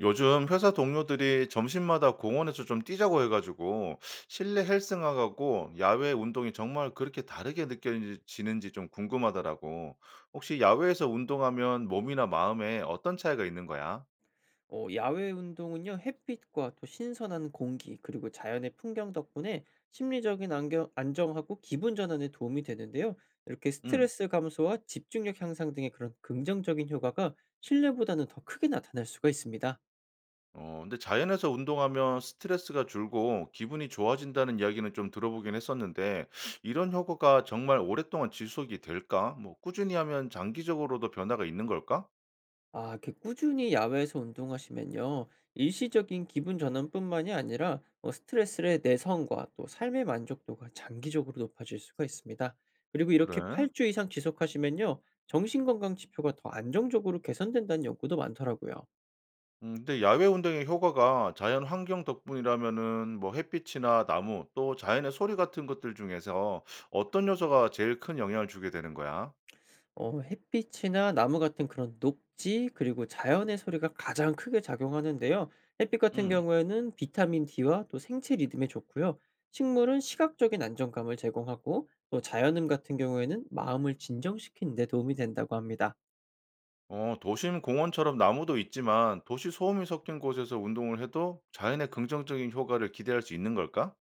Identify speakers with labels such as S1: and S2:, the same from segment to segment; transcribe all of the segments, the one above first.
S1: 요즘 회사 동료들이 점심마다 공원에서 좀 뛰자고 해가지고 실내 헬스장하고 야외 운동이 정말 그렇게 다르게 느껴지는지 좀 궁금하더라고. 혹시 야외에서 운동하면 몸이나 마음에 어떤 차이가 있는 거야?
S2: 야외 운동은요, 햇빛과 또 신선한 공기 그리고 자연의 풍경 덕분에 심리적인 안정하고 기분 전환에 도움이 되는데요. 이렇게
S1: 응.
S2: 스트레스 감소와 집중력 향상 등의 그런 긍정적인 효과가 실내보다는 더 크게 나타날 수가 있습니다.
S1: 근데 자연에서 운동하면 스트레스가 줄고 기분이 좋아진다는 이야기는 좀 들어보긴 했었는데 이런 효과가 정말 오랫동안 지속이 될까? 뭐 꾸준히 하면 장기적으로도 변화가 있는 걸까?
S2: 아, 이렇게 꾸준히 야외에서 운동하시면요, 일시적인 기분 전환뿐만이 아니라 스트레스의 내성과 또 삶의 만족도가 장기적으로 높아질 수가 있습니다. 그리고 이렇게
S1: 그래.
S2: 8주 이상 지속하시면요, 정신건강 지표가 더 안정적으로 개선된다는 연구도 많더라고요.
S1: 근데 야외 운동의 효과가 자연 환경 덕분이라면은 뭐 햇빛이나 나무 또 자연의 소리 같은 것들 중에서 어떤 요소가 제일 큰 영향을 주게 되는 거야?
S2: 햇빛이나 나무 같은 그런 녹지 그리고 자연의 소리가 가장 크게 작용하는데요. 햇빛 같은
S1: 음.
S2: 경우에는 비타민 D와 또 생체 리듬에 좋고요. 식물은 시각적인 안정감을 제공하고, 또 자연음 같은 경우에는 마음을 진정시키는 데 도움이 된다고 합니다.
S1: 어, 도심 공원처럼 나무도 있지만 도시 소음이 섞인 곳에서 운동을 해도 자연의 긍정적인 효과를 기대할 수 있는 걸까?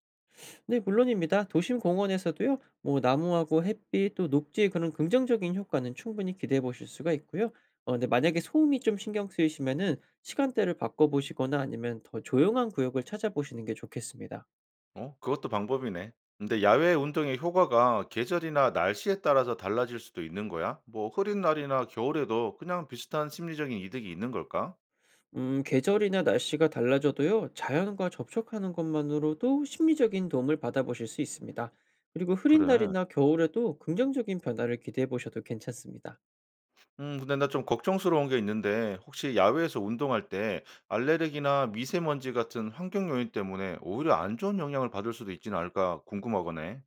S2: 네, 물론입니다. 도심 공원에서도요, 뭐 나무하고 햇빛 또 녹지의 그런 긍정적인 효과는 충분히 기대해 보실 수가 있고요. 근데 만약에 소음이 좀 신경 쓰이시면은 시간대를 바꿔 보시거나 아니면 더 조용한 구역을 찾아보시는 게 좋겠습니다.
S1: 어, 그것도 방법이네. 근데 야외 운동의 효과가 계절이나 날씨에 따라서 달라질 수도 있는 거야? 뭐 흐린 날이나 겨울에도 그냥 비슷한 심리적인 이득이 있는 걸까?
S2: 음, 계절이나 날씨가 달라져도요, 자연과 접촉하는 것만으로도 심리적인 도움을 받아 보실 수 있습니다. 그리고 흐린
S1: 그래.
S2: 날이나 겨울에도 긍정적인 변화를 기대해 보셔도 괜찮습니다.
S1: 근데 나 좀 걱정스러운 게 있는데 혹시 야외에서 운동할 때 알레르기나 미세먼지 같은 환경 요인 때문에 오히려 안 좋은 영향을 받을 수도 있지는 않을까 궁금하거네.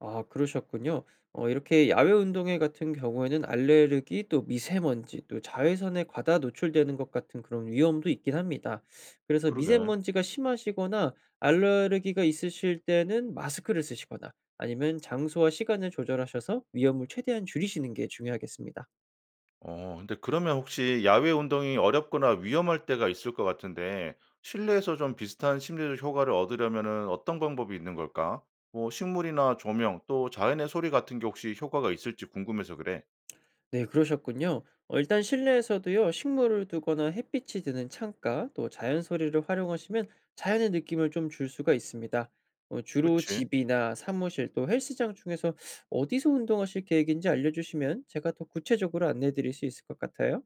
S2: 아, 그러셨군요. 이렇게 야외 운동회 같은 경우에는 알레르기 또 미세먼지 또 자외선에 과다 노출되는 것 같은 그런 위험도 있긴 합니다. 그래서
S1: 그러게.
S2: 미세먼지가 심하시거나 알레르기가 있으실 때는 마스크를 쓰시거나 아니면 장소와 시간을 조절하셔서 위험을 최대한 줄이시는 게 중요하겠습니다.
S1: 어 근데 그러면 혹시 야외 운동이 어렵거나 위험할 때가 있을 것 같은데 실내에서 좀 비슷한 심리적 효과를 얻으려면은 어떤 방법이 있는 걸까? 뭐 식물이나 조명 또 자연의 소리 같은 게 혹시 효과가 있을지 궁금해서 그래.
S2: 네, 그러셨군요. 일단 실내에서도요, 식물을 두거나 햇빛이 드는 창가, 또 자연 소리를 활용하시면 자연의 느낌을 좀 줄 수가 있습니다. 주로
S1: 그치?
S2: 집이나 사무실 또 헬스장 중에서 어디서 운동하실 계획인지 알려주시면 제가 더 구체적으로 안내해 드릴 수 있을 것 같아요.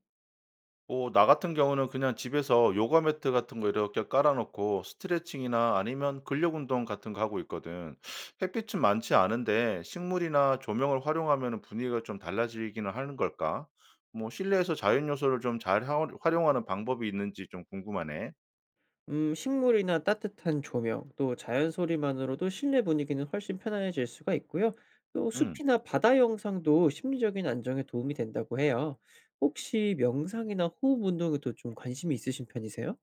S1: 오, 나 같은 경우는 그냥 집에서 요가 매트 같은 거 이렇게 깔아 놓고 스트레칭이나 아니면 근력 운동 같은 거 하고 있거든. 햇빛은 많지 않은데 식물이나 조명을 활용하면 분위기가 좀 달라지기는 하는 걸까? 뭐 실내에서 자연 요소를 좀 잘 활용하는 방법이 있는지 좀 궁금하네.
S2: 음, 식물이나 따뜻한 조명, 또 자연 소리만으로도 실내 분위기는 훨씬 편안해질 수가 있고요. 또
S1: 음.
S2: 숲이나 바다 영상도 심리적인 안정에 도움이 된다고 해요. 혹시 명상이나 호흡 운동에도 좀 관심이 있으신 편이세요?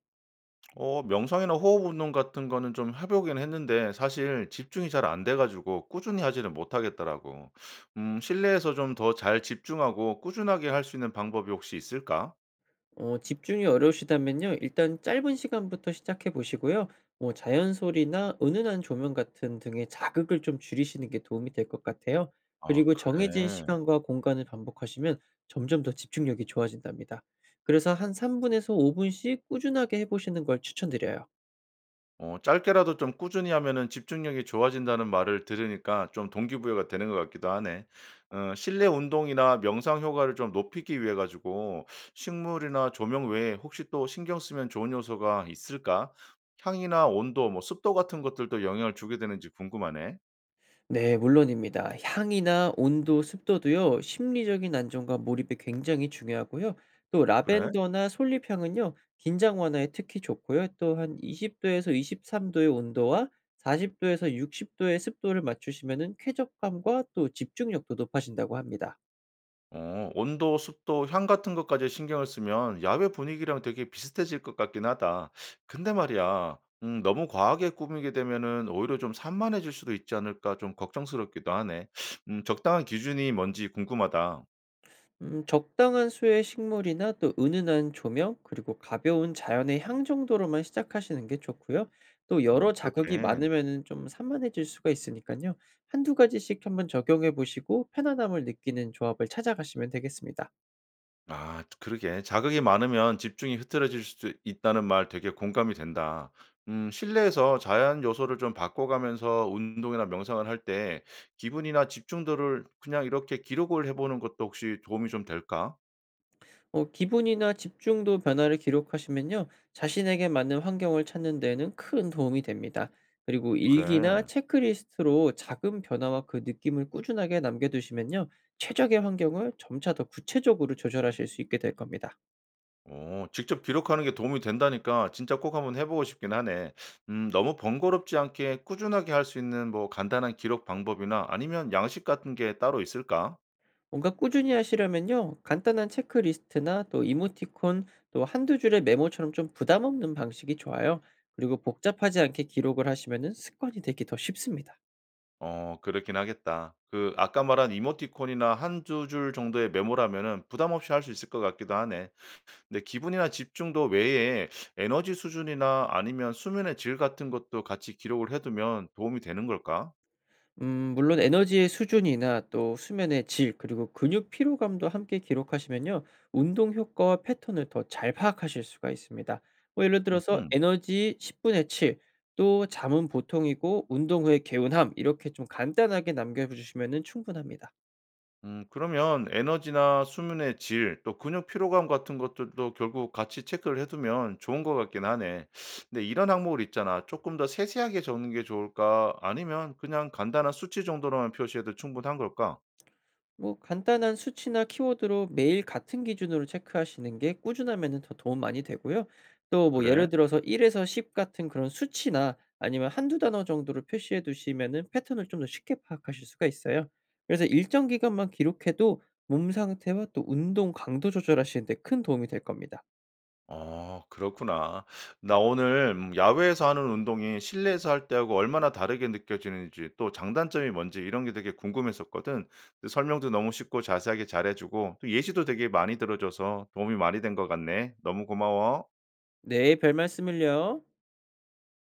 S1: 어 명상이나 호흡 운동 같은 거는 좀 해보긴 했는데 사실 집중이 잘 안 돼 가지고 꾸준히 하지는 못하겠더라고. 실내에서 좀 더 잘 집중하고 꾸준하게 할 수 있는 방법이 혹시 있을까?
S2: 집중이 어려우시다면요, 일단 짧은 시간부터 시작해 보시고요, 뭐 자연 소리나 은은한 조명 같은 등의 자극을 좀 줄이시는 게 도움이 될 것 같아요.
S1: 아
S2: 그리고 정해진
S1: 그래.
S2: 시간과 공간을 반복하시면 점점 더 집중력이 좋아진답니다. 그래서 한 3분에서 5분씩 꾸준하게 해보시는 걸 추천드려요.
S1: 어 짧게라도 좀 꾸준히 하면은 집중력이 좋아진다는 말을 들으니까 좀 동기부여가 되는 것 같기도 하네. 어 실내 운동이나 명상 효과를 좀 높이기 위해 가지고 식물이나 조명 외에 혹시 또 신경 쓰면 좋은 요소가 있을까? 향이나 온도, 뭐 습도 같은 것들도 영향을 주게 되는지 궁금하네.
S2: 네, 물론입니다. 향이나 온도, 습도도요, 심리적인 안정과 몰입이 굉장히 중요하고요. 또
S1: 그래?
S2: 라벤더나 솔잎향은요, 긴장 완화에 특히 좋고요. 또한 20도에서 23도의 온도와 40도에서 60도의 습도를 맞추시면은 쾌적감과 또 집중력도 높아진다고 합니다.
S1: 어 온도, 습도, 향 같은 것까지 신경을 쓰면 야외 분위기랑 되게 비슷해질 것 같긴 하다. 근데 말이야, 너무 과하게 꾸미게 되면은 오히려 좀 산만해질 수도 있지 않을까 좀 걱정스럽기도 하네. 적당한 기준이 뭔지 궁금하다.
S2: 음, 적당한 수의 식물이나 또 은은한 조명 그리고 가벼운 자연의 향 정도로만 시작하시는 게 좋고요. 또 여러 자극이
S1: 그렇게.
S2: 많으면은 좀 산만해질 수가 있으니까요, 한두 가지씩 한번 적용해 보시고 편안함을 느끼는 조합을 찾아가시면 되겠습니다.
S1: 아 그러게. "자극이 많으면 집중이 흐트러질 수도 있다."는 말 되게 공감이 된다. 실내에서 자연 요소를 좀 바꿔가면서 운동이나 명상을 할 때 기분이나 집중도를 그냥 이렇게 기록을 해 보는 것도 혹시 도움이 좀 될까?
S2: 어, 기분이나 집중도 변화를 기록하시면요, 자신에게 맞는 환경을 찾는 데에는 큰 도움이 됩니다. 그리고 일기나
S1: 그래.
S2: 체크리스트로 작은 변화와 그 느낌을 꾸준하게 남겨두시면요, 최적의 환경을 점차 더 구체적으로 조절하실 수 있게 될 겁니다.
S1: 오, 직접 기록하는 게 도움이 된다니까 진짜 꼭 한번 해 보고 싶긴 하네. 너무 번거롭지 않게 꾸준하게 할 수 있는 뭐 간단한 기록 방법이나 아니면 양식 같은 게 따로 있을까?
S2: 뭔가 꾸준히 하시려면요, 간단한 체크리스트나 또 이모티콘 또 한두 줄의 메모처럼 좀 부담 없는 방식이 좋아요. 그리고 복잡하지 않게 기록을 하시면은 습관이 되기 더 쉽습니다.
S1: 어 그렇긴 하겠다. 그 아까 말한 이모티콘이나 한두 줄 정도의 메모라면은 부담 없이 할 수 있을 것 같기도 하네. 근데 기분이나 집중도 외에 에너지 수준이나 아니면 수면의 질 같은 것도 같이 기록을 해 두면 도움이 되는 걸까?
S2: 음, 물론 에너지의 수준이나 또 수면의 질 그리고 근육 피로감도 함께 기록하시면요, 운동 효과와 패턴을 더 잘 파악하실 수가 있습니다. 뭐 예를 들어서
S1: 음
S2: 에너지 10분의 7, 또 잠은 보통이고 운동 후의 개운함, 이렇게 좀 간단하게 남겨 주시면은 충분합니다.
S1: 그러면 에너지나 수면의 질 또 근육 피로감 같은 것들도 결국 같이 체크를 해 두면 좋은 것 같긴 하네. 근데 이런 항목을 있잖아. 조금 더 세세하게 적는 게 좋을까? 아니면 그냥 간단한 수치 정도로만 표시해도 충분한 걸까?
S2: 뭐 간단한 수치나 키워드로 매일 같은 기준으로 체크하시는 게, 꾸준하면은 더 도움 많이 되고요. 또 뭐 예를
S1: 그래?
S2: 들어서 1에서 10 같은 그런 수치나 아니면 한두 단어 정도로 표시해 두시면은 패턴을 좀 더 쉽게 파악하실 수가 있어요. 그래서 일정 기간만 기록해도 몸 상태와 또 운동 강도 조절하시는 데 큰 도움이 될 겁니다.
S1: 어 그렇구나. 나 오늘 야외에서 하는 운동이 실내에서 할 때하고 얼마나 다르게 느껴지는지 또 장단점이 뭔지 이런 게 되게 궁금했었거든. 근데 설명도 너무 쉽고 자세하게 잘해 주고 또 예시도 되게 많이 들어 줘서 도움이 많이 된 것 같네. 너무 고마워.
S2: 네, 별 말씀을요.